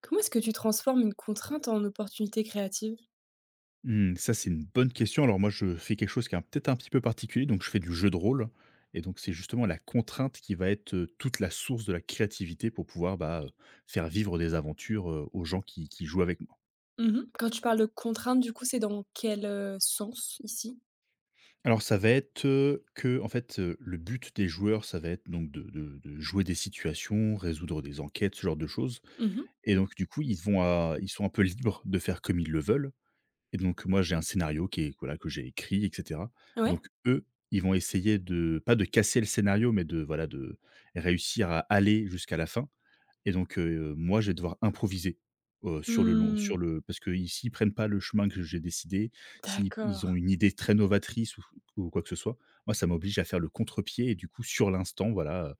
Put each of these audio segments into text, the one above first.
Comment est-ce que tu transformes une contrainte en opportunité créative? Mmh, ça, c'est une bonne question. Alors moi, je fais quelque chose qui est un peut-être un petit peu particulier, donc je fais du jeu de rôle et donc c'est justement la contrainte qui va être, toute la source de la créativité pour pouvoir, bah, faire vivre des aventures, aux gens qui jouent avec moi. Mmh. Quand tu parles de contrainte, du coup, c'est dans quel, sens ici? Alors ça va être, que en fait, le but des joueurs, ça va être donc de jouer des situations, résoudre des enquêtes, ce genre de choses Mmh. et donc du coup, ils vont à ils sont un peu libres de faire comme ils le veulent. Et donc moi, j'ai un scénario qui est voilà, que j'ai écrit et cetera. Et Ouais? donc eux, ils vont essayer de pas de casser le scénario, mais de voilà, de réussir à aller jusqu'à la fin et donc moi, je vais devoir improviser, sur le long Mmh, sur le parce que ici ils prennent pas le chemin que j'ai décidé, si d'accord. ils ont une idée très novatrice ou quoi que ce soit, moi, ça m'oblige à faire le contre-pied et du coup, sur l'instant, voilà,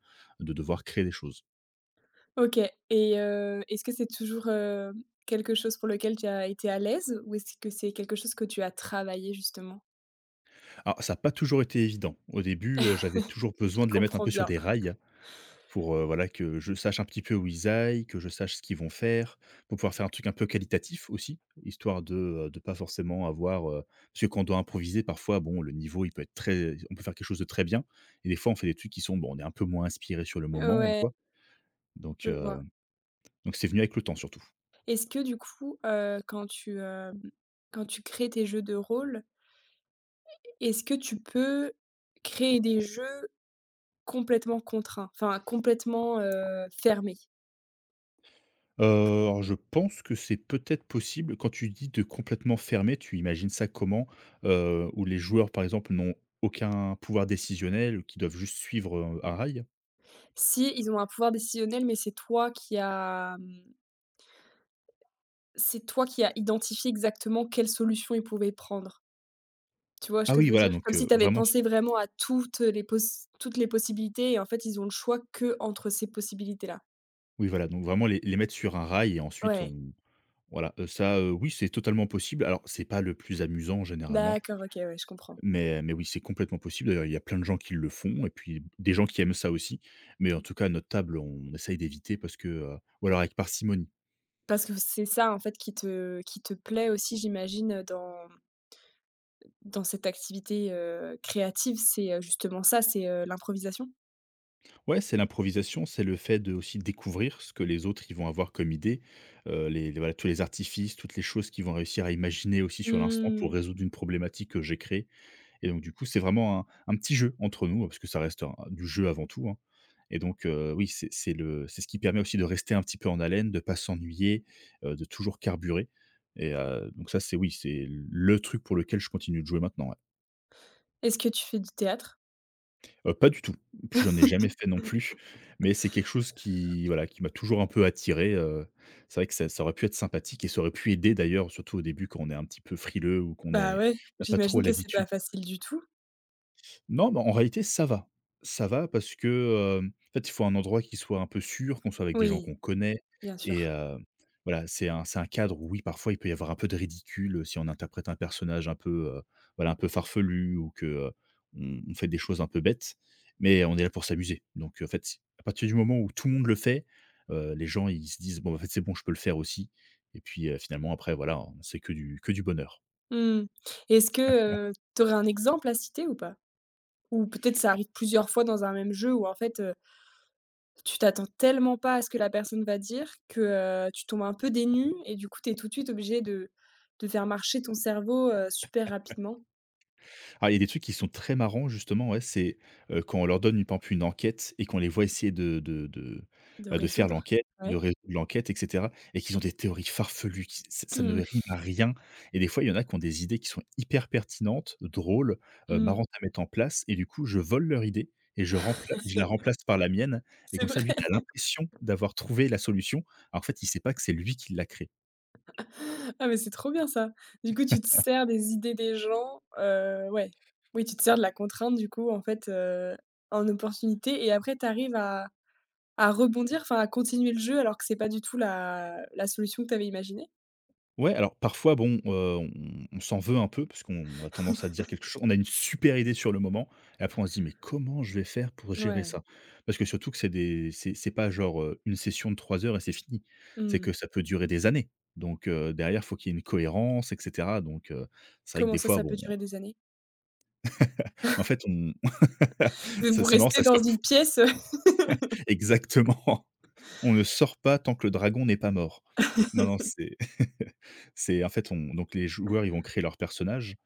de devoir créer des choses. OK, et est-ce que c'est toujours, quelque chose pour lequel tu as été à l'aise ou est-ce que c'est quelque chose que tu as travaillé justement? Alors ça n'a pas toujours été évident. Au début, j'avais toujours Je besoin de les mettre un comprends peu sur bien. des rails. Pour, voilà, que je sache un petit peu où ils aillent, que je sache ce qu'ils vont faire, pour pouvoir faire un truc un peu qualitatif aussi, histoire de pas forcément avoir, parce que quand on doit improviser parfois, bon, le niveau il peut être très on peut faire quelque chose de très bien et des fois on fait des trucs qui sont, bon, on est un peu moins inspiré sur le moment ou Ouais, quoi, donc je heu, vois. donc c'est venu avec le temps surtout. Est-ce que du coup, quand quand tu crées tes jeux de rôle, est-ce que tu peux créer des jeux complètement contraint, enfin complètement, fermé. Alors je pense que c'est peut-être possible. Quand tu dis de complètement fermer, tu imagines ça comment? Où les joueurs par exemple n'ont aucun pouvoir décisionnel, qui doivent juste suivre, un rail? Si, ils ont un pouvoir décisionnel, mais c'est toi qui as, mmh, c'est toi qui as identifié exactement quelle solution ils pouvaient prendre. Tu vois ce Ah que je oui, veux voilà, dire? Comme donc si tu avais vraiment s pensé vraiment à toutes les possibilités et en fait, ils ont le choix que entre ces possibilités-là. oui, voilà, donc vraiment les mettre sur un rail et ensuite Ouais, on voilà, ça, oui, c'est totalement possible. Alors, c'est pas le plus amusant généralement, d'accord, OK, ouais, je comprends. mais oui, c'est complètement possible. D'ailleurs, il y a plein de gens qui le font et puis des gens qui aiment ça aussi. Mais en tout cas, à notre table, on essaye d'éviter parce que, ou alors avec parcimonie. Parce que c'est ça en fait qui te plaît aussi j'imagine, dans cette activité, créative, justement ça, c'est l'improvisation? Ouais, c'est l'improvisation, c'est le fait de aussi découvrir ce que les autres, ils vont avoir comme idée, les voilà, tous les artifices, toutes les choses qu'ils vont réussir à imaginer aussi sur l'instant pour Mmh. résoudre une problématique que j'ai créée. Et donc du coup, c'est vraiment un petit jeu entre nous, parce que ça reste un du jeu avant tout, hein. Et donc oui, c'est ce qui permet aussi de rester un petit peu en haleine, de pas s'ennuyer, de toujours carburer et donc ça, c'est oui, c'est le truc pour lequel je continue de jouer maintenant, ouais. Est-ce que tu fais du théâtre? Pas du tout, puis j'en ai jamais fait non plus, mais c'est quelque chose qui, voilà, qui m'a toujours un peu attiré, c'est vrai que ça aurait pu être sympathique et ça aurait pu aider d'ailleurs, surtout au début quand on est un petit peu frileux ou qu'on Bah, est ouais, on a pas trop j'imagine que c'est pas l'habitude. facile du tout. Non, mais en réalité, ça va. Ça va parce que, en fait, il faut un endroit qui soit un peu sûr, qu'on soit avec des gens Oui, qu'on connaît bien et sûr. Voilà, c'est un cadre où oui, parfois, il peut y avoir un peu de ridicule, si on interprète un personnage un peu, voilà, un peu farfelu ou que, on fait des choses un peu bêtes, mais on est là pour s'amuser. Donc en fait, si à partir du moment où tout le monde le fait, les gens, ils se disent: «Bon, bah, en fait, c'est bon, je peux le faire aussi» et puis, finalement après, voilà, c'est que du bonheur. Mmh. Est-ce que, tu aurais un exemple à citer ou pas? Ou peut-être ça arrive plusieurs fois dans un même jeu où en fait, tu t'attends tellement pas à ce que la personne va dire que, tu tombes un peu dénu et du coup, tu es tout de suite obligé de faire marcher ton cerveau, super rapidement, Alors il y a des trucs qui sont très marrants justement, ouais, c'est, quand on leur donne, une, par exemple, une enquête et qu'on les voit essayer de bah, de faire résoudre. l'enquête, de Ouais. résoudre l'enquête et cetera et qu'ils ont des théories farfelues qui ç ça ne Mmh. rime à rien et des fois, il y en a qui ont des idées qui sont hyper pertinentes, drôles, Mmh. marrantes à mettre en place et du coup, je vole leur idée et je la remplace par la mienne et C'est comme ça, vrai. lui, il a l'impression d'avoir trouvé la solution. Alors, en fait, il ne sait pas que c'est lui qui l'a créée. Ah mais c'est trop bien ça. Du coup, tu te sers des idées des gens, ouais. Oui, tu te sers de la contrainte du coup en fait, en opportunité et après tu arrives à rebondir, enfin à continuer le jeu alors que c'est pas du tout la solution que tu avais imaginée? Ouais, alors parfois, bon, on s'en veut un peu parce qu'on a tendance à dire quelque chose on a une super idée sur le moment et après on se dit: «Mais comment je vais faire pour gérer Ouais. ça?» parce que surtout que c'est des c'est pas genre, une session de 3 heures et c'est fini. C'est Mmh. que ça peut durer des années donc derrière, faut qu'il y ait une cohérence et cetera donc c'est vrai que Comment des ça, fois, ça peut bon, durer des années? en fait, on Mais vous ça c'est marrant, restez ça dans surprend. une pièce, heu? Exactement. On ne sort pas tant que le dragon n'est pas mort. Non, non, c'est c'est en fait, on donc les joueurs, ils vont créer leur personnage.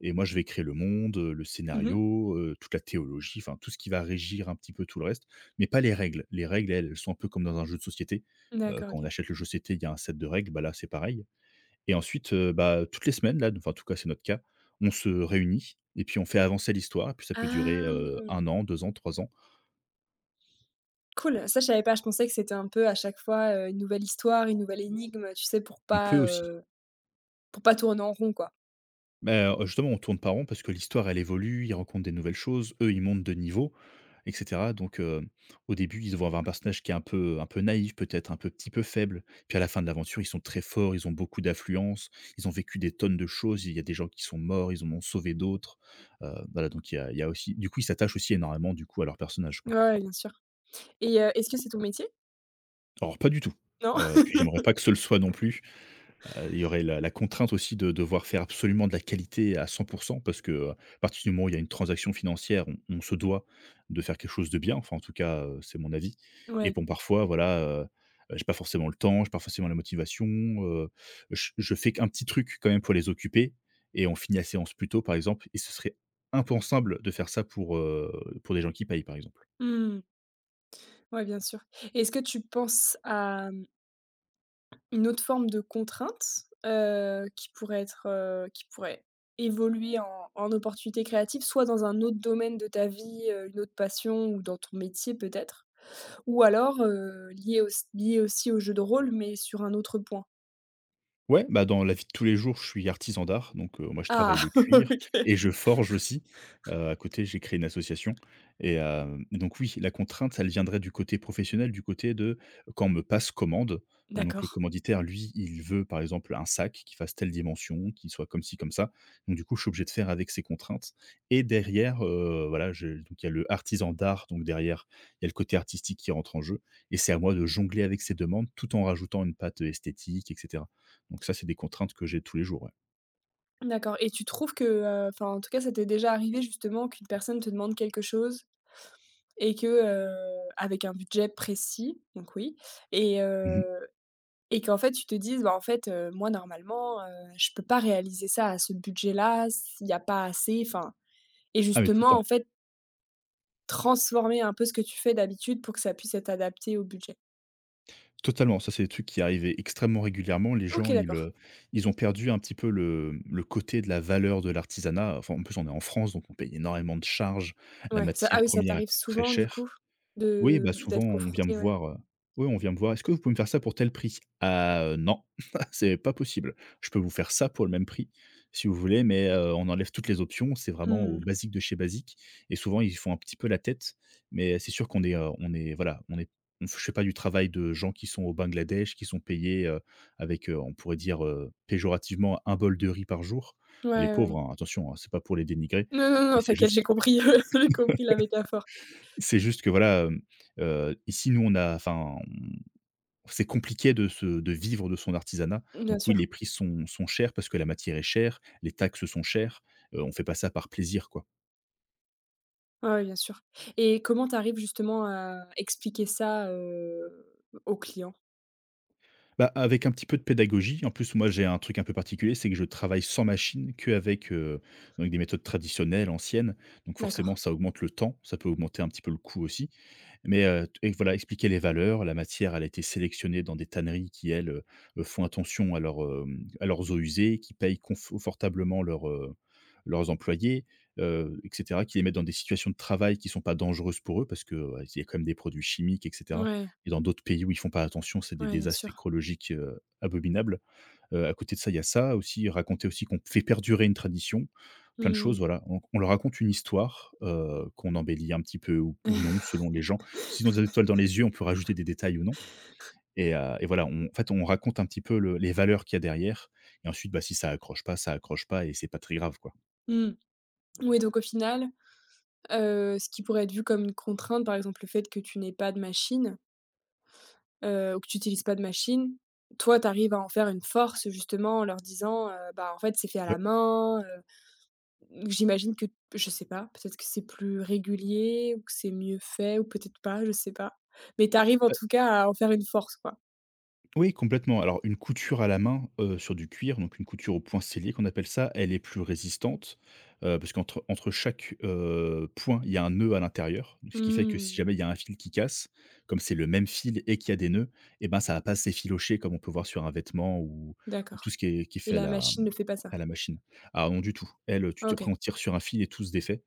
Et moi, je vais créer le monde, le Mmh mh. scénario, toute la théologie, enfin tout ce qui va régir un petit peu tout le reste, mais pas les règles. Les règles, elles sont un peu comme dans un jeu de société. D'accord, Quand on OK. achète le jeu de société, il y a un set de règles, bah là, c'est pareil. Et ensuite, bah, toutes les semaines là, enfin en tout cas c'est notre cas, on se réunit et puis on fait avancer l'histoire et puis ça peut durer, 1 Ah! an, 2 ans, 3 ans. Cool, ça je savais pas, je pensais que c'était un peu à chaque fois, une nouvelle histoire, une nouvelle énigme, tu sais, On peut aussi. Pour pas tourner en rond quoi. Bah, justement, on tourne pas rond parce que l'histoire elle évolue, ils rencontrent des nouvelles choses, eux, ils montent de niveau et cetera donc au début, ils vont avoir un personnage qui est un peu naïf, peut-être un peu petit peu faible, puis à la fin de l'aventure, ils sont très forts, ils ont beaucoup d'affluence, ils ont vécu des tonnes de choses, il y a des gens qui sont morts, ils en ont sauvé d'autres, voilà donc il y a aussi du coup, ils s'attachent aussi énormément, du coup, à leur personnage, Ouais, quoi. ouais, bien sûr. Et est-ce que c'est ton métier? Alors pas du tout, Non? Et puis j'aimerais pas que ce le soit non plus. Il y aurait la contrainte aussi de devoir faire absolument de la qualité à 100 parce que, à partir du moment où il y a une transaction financière, on se doit de faire quelque chose de bien, enfin en tout cas, c'est mon avis et Ouais. bon parfois voilà, j'ai pas forcément le temps, j'ai pas forcément la motivation, je fais qu'un petit truc quand même pour les occuper et on finit la séance plus tôt par exemple et ce serait impensable de faire ça pour des gens qui payent, par exemple. Mmh. Ouais, bien sûr. Et est-ce que tu penses à, mmh, une autre forme de contrainte, qui pourrait être, qui pourrait évoluer en opportunité créative, soit dans un autre domaine de ta vie, une autre passion ou dans ton métier peut-être? Ou alors, lié auss liée aussi au jeu de rôle, mais sur un autre point? Ouais, bah, dans la vie de tous les jours, je suis artisan d'art, donc moi je travaille Ah! le cuir OK. et je forge aussi. À côté, j'ai créé une association et donc oui, la contrainte, elle viendrait du côté professionnel, du côté de quand on me passe commande. Donc D'accord. le commanditaire, lui, il veut par exemple un sac qui fasse telle dimension, qui soit comme ci, comme ça. Donc du coup, je suis obligé de faire avec ces contraintes et derrière, voilà, je donc il y a le artisan d'art, donc derrière, il y a le côté artistique qui rentre en jeu et c'est à moi de jongler avec ces demandes tout en rajoutant une patte esthétique etc. Donc ça, c'est des contraintes que j'ai tous les jours, ouais. D'accord, et tu trouves que, enfin, en tout cas, ça t'est déjà arrivé justement qu'une personne te demande quelque chose et que, avec un budget précis, donc oui, et Mmh. heu et qu'en fait, tu te dises: «Bah, en fait, moi normalement, je peux pas réaliser ça à ce budget-là, s'il y a pas assez», enfin et Ah mais tout le justement, en temps. fait, transformer un peu ce que tu fais d'habitude pour que ça puisse être adapté au budget. Totalement, ça, c'est des trucs qui arrivaient extrêmement régulièrement. Les gens, OK, ils, d'accord. heu, ils ont perdu un petit peu le côté de la valeur de l'artisanat. Enfin, en plus, on est en France, donc on paye énormément de charges. La Ouais, ça ah matière oui, ça première, elle t'arrive coûte très souvent du cher. coup? Oui, De bah, souvent d'être on vient me confronté ouais. voir, oui, on vient me voir: «Est-ce que vous pouvez me faire ça pour tel prix?» «Ah, non, c'est pas possible. Je peux vous faire ça pour le même prix, si vous voulez, mais, on enlève toutes les options, c'est vraiment au Mmh. basique de chez basique», et souvent ils font un petit peu la tête, mais c'est sûr qu'on est, on est voilà, on je fais pas du travail de gens qui sont au Bangladesh, qui sont payés, avec, on pourrait dire, péjorativement, un bol de riz par jour. Ouais, Les ouais. pauvres, hein, attention, hein, c'est pas pour les dénigrer, Non, non, non, mais c'est t'inquiète, j'ai juste compris, j'ai compris la métaphore. c'est juste que voilà, ici nous on a enfin, on C'est compliqué de se de vivre de son artisanat. Bien Donc sûr. oui, les prix sont chers parce que la matière est chère, les taxes sont chères, on fait pas ça par plaisir, quoi. Ouais, ouais, bien sûr, et comment tu arrives justement à expliquer ça, aux clients? Bah, avec un petit peu de pédagogie. En plus, moi, j'ai un truc un peu particulier, c'est que je travaille sans machine, qu'avec, donc des méthodes traditionnelles, anciennes. Donc forcément, D'accord. ça augmente le temps, ça peut augmenter un petit peu le coût aussi. Mais, et voilà, expliquer les valeurs. La matière, elle a été sélectionnée dans des tanneries qui, elles, font attention à leur à leurs eaux usées, qui payent confortablement leurs, leurs employés, et cetera, qui les mettent dans des situations de travail qui sont pas dangereuses pour eux parce que, ouais, il y a quand même des produits chimiques, etc. Ouais, Et dans d'autres pays où ils font pas attention, c'est des ouais, bien désastres sûr. écologiques, abominables. À côté de ça, il y a ça aussi, raconter aussi qu'on fait perdurer une tradition, plein de choses, Mmh. voilà. On leur raconte une histoire, qu'on embellit un petit peu ou non, selon les gens. S'ils ont des étoiles dans les yeux, on peut rajouter des détails ou non, et voilà, on raconte un petit peu le les valeurs qu'il y a derrière, et ensuite, bah, si ça accroche pas, ça accroche pas, et c'est pas très grave, quoi. Mmh. Oui, donc au final, ce qui pourrait être vu comme une contrainte, par exemple, le fait que tu n'aies pas de machine, ou que tu utilises pas de machine, toi, tu arrives à en faire une force, justement, en leur disant, «Bah, en fait, c'est fait à la Ouais. main», j'imagine que je sais pas, peut-être que c'est plus régulier ou que c'est mieux fait ou peut-être pas, je sais pas, mais tu arrives en tout cas à en faire une force, quoi? Oui, complètement. Alors, une couture à la main, sur du cuir, donc une couture au point scellé qu'on appelle ça, elle est plus résistante, parce qu'entre chaque, point, il y a un nœud à l'intérieur. Ce qui fait que si Mmh, jamais il y a un fil qui casse, comme c'est le même fil et qu'il y a des nœuds, et ben, ça va pas s'effilocher comme on peut voir sur un vêtement ou tout d'accord, ce qui est et fait à la la, machine mmh, ne fait pas ça? à la machine. Ah non, du tout. Elle, tu OK. après on tire sur un fil et tout se défait.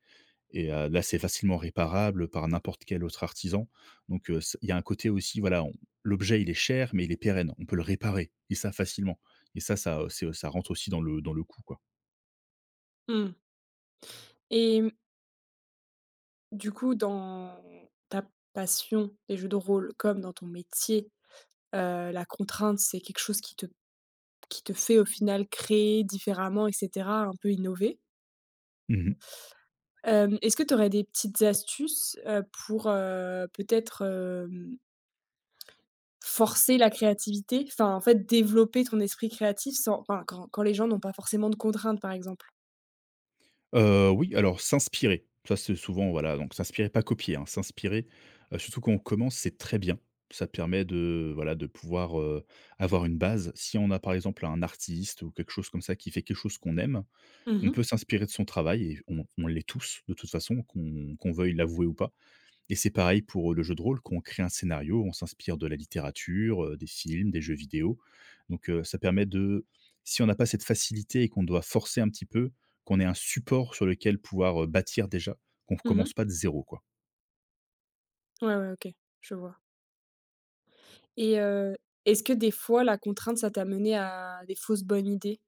Et là, c'est facilement réparable par n'importe quel autre artisan. Donc c il y a un côté aussi, voilà, on l'objet, il est cher, mais il est pérenne. On peut le réparer et ça facilement, et ça rentre aussi dans le coût, quoi. Mmh et mmh, du coup, dans ta passion des jeux de rôle comme dans ton métier, la contrainte, c'est quelque chose qui te fait au final créer différemment et cetera, un peu innover. Mmh mh. Hem, est-ce que tu aurais des petites astuces, pour, peut-être, hem, forcer la créativité? Enfin, en fait, développer ton esprit créatif sans enfin, quand les gens n'ont pas forcément de contraintes, par exemple? Oui, alors s'inspirer, ça, c'est souvent, voilà, donc s'inspirer, pas copier, hein, s'inspirer, surtout quand on commence, c'est très bien. Ça permet de, voilà, de pouvoir, avoir une base. Si on a, par exemple, un artiste ou quelque chose comme ça qui fait quelque chose qu'on aime, on Mhm. peut s'inspirer de son travail et on l'est tous de toute façon, qu'on veuille l'avouer ou pas, et c'est pareil pour, le jeu de rôle, qu'on crée un scénario, on s'inspire de la littérature, des films, des jeux vidéo, donc ça permet de si on n'a pas cette facilité et qu'on doit forcer un petit peu, qu'on ait un support sur lequel pouvoir, bâtir déjà, qu'on ne Mhm. commence pas de zéro, quoi. Ouais, ouais, OK, je vois. Et est-ce que des fois la contrainte ça t'a mené à des fausses bonnes idées?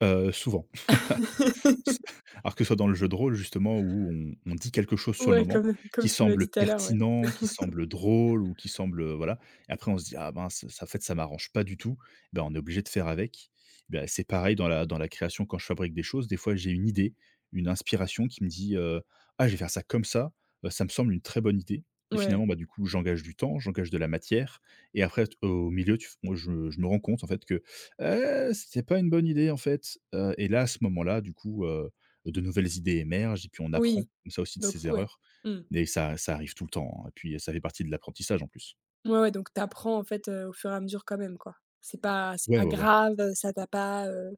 Souvent. Alors que ce soit dans le jeu de rôle justement où on dit quelque chose sur le Ouais, moment, comme qui comme tu m'as semble dit tout à l'heure, ouais. pertinent, qui semble drôle ou qui semble, voilà, et après on se dit: «Ah ben ça, en fait ça m'arrange pas du tout», eh ben on est obligé de faire avec. Eh ben c'est pareil dans la création, quand je fabrique des choses, des fois j'ai une idée, une inspiration qui me dit, «Ah, je vais faire ça comme ça, ça me semble une très bonne idée», et Ouais, finalement, bah, du coup j'engage du temps, j'engage de la matière, et après au milieu tu moi je me rends compte en fait que c'était pas une bonne idée en fait, et là, à ce moment-là, du coup, de nouvelles idées émergent et puis on apprend oui, comme ça aussi de ses donc ouais. erreurs, Mmh. mais ça arrive tout le temps, hein, et puis ça fait partie de l'apprentissage en plus. Ouais, ouais, donc tu apprends en fait, au fur et à mesure quand même quoi. C'est pas c'est Ouais, pas ouais, ouais. grave, ça t'a pas,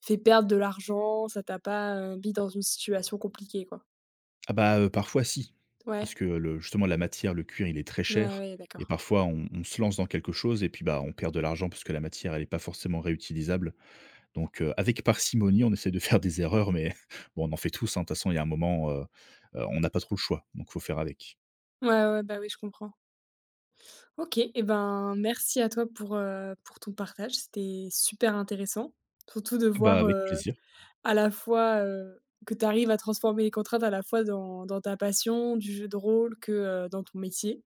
fait perdre de l'argent, ça t'a pas, mis dans une situation compliquée quoi. Ah bah, parfois si, Ouais, parce que le justement la matière, le cuir, il est très ouais, cher, ouais, et d'accord. parfois on se lance dans quelque chose et puis, bah, on perd de l'argent parce que la matière, elle est pas forcément réutilisable, donc avec parcimonie, on essaie de faire des erreurs mais bon, on en fait tous, hein, de toute façon, il y a un moment, on n'a pas trop le choix donc faut faire avec. Ouais, ouais, bah, oui, je comprends. OK et ben, merci à toi pour ton partage, c'était super intéressant. Surtout de Bah, voir, avec heu, plaisir. à la fois, que tu arrives à transformer les contraintes à la fois dans ta passion du jeu de rôle que, dans ton métier.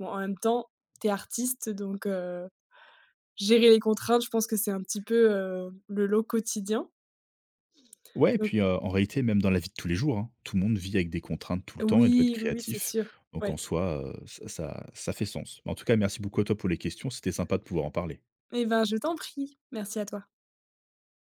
Bon, en même temps, tu es artiste donc, gérer les contraintes, je pense que c'est un petit peu, le lot quotidien. Ouais, et Donc puis, en réalité, même dans la vie de tous les jours, hein, tout le monde vit avec des contraintes tout le temps et doit être oui, oui, oui, c'est créatif. sûr. Donc en Ouais. soi, ça fait sens. En tout cas, merci beaucoup à toi pour les questions, c'était sympa de pouvoir en parler. Eh ben, je t'en prie. Merci à toi.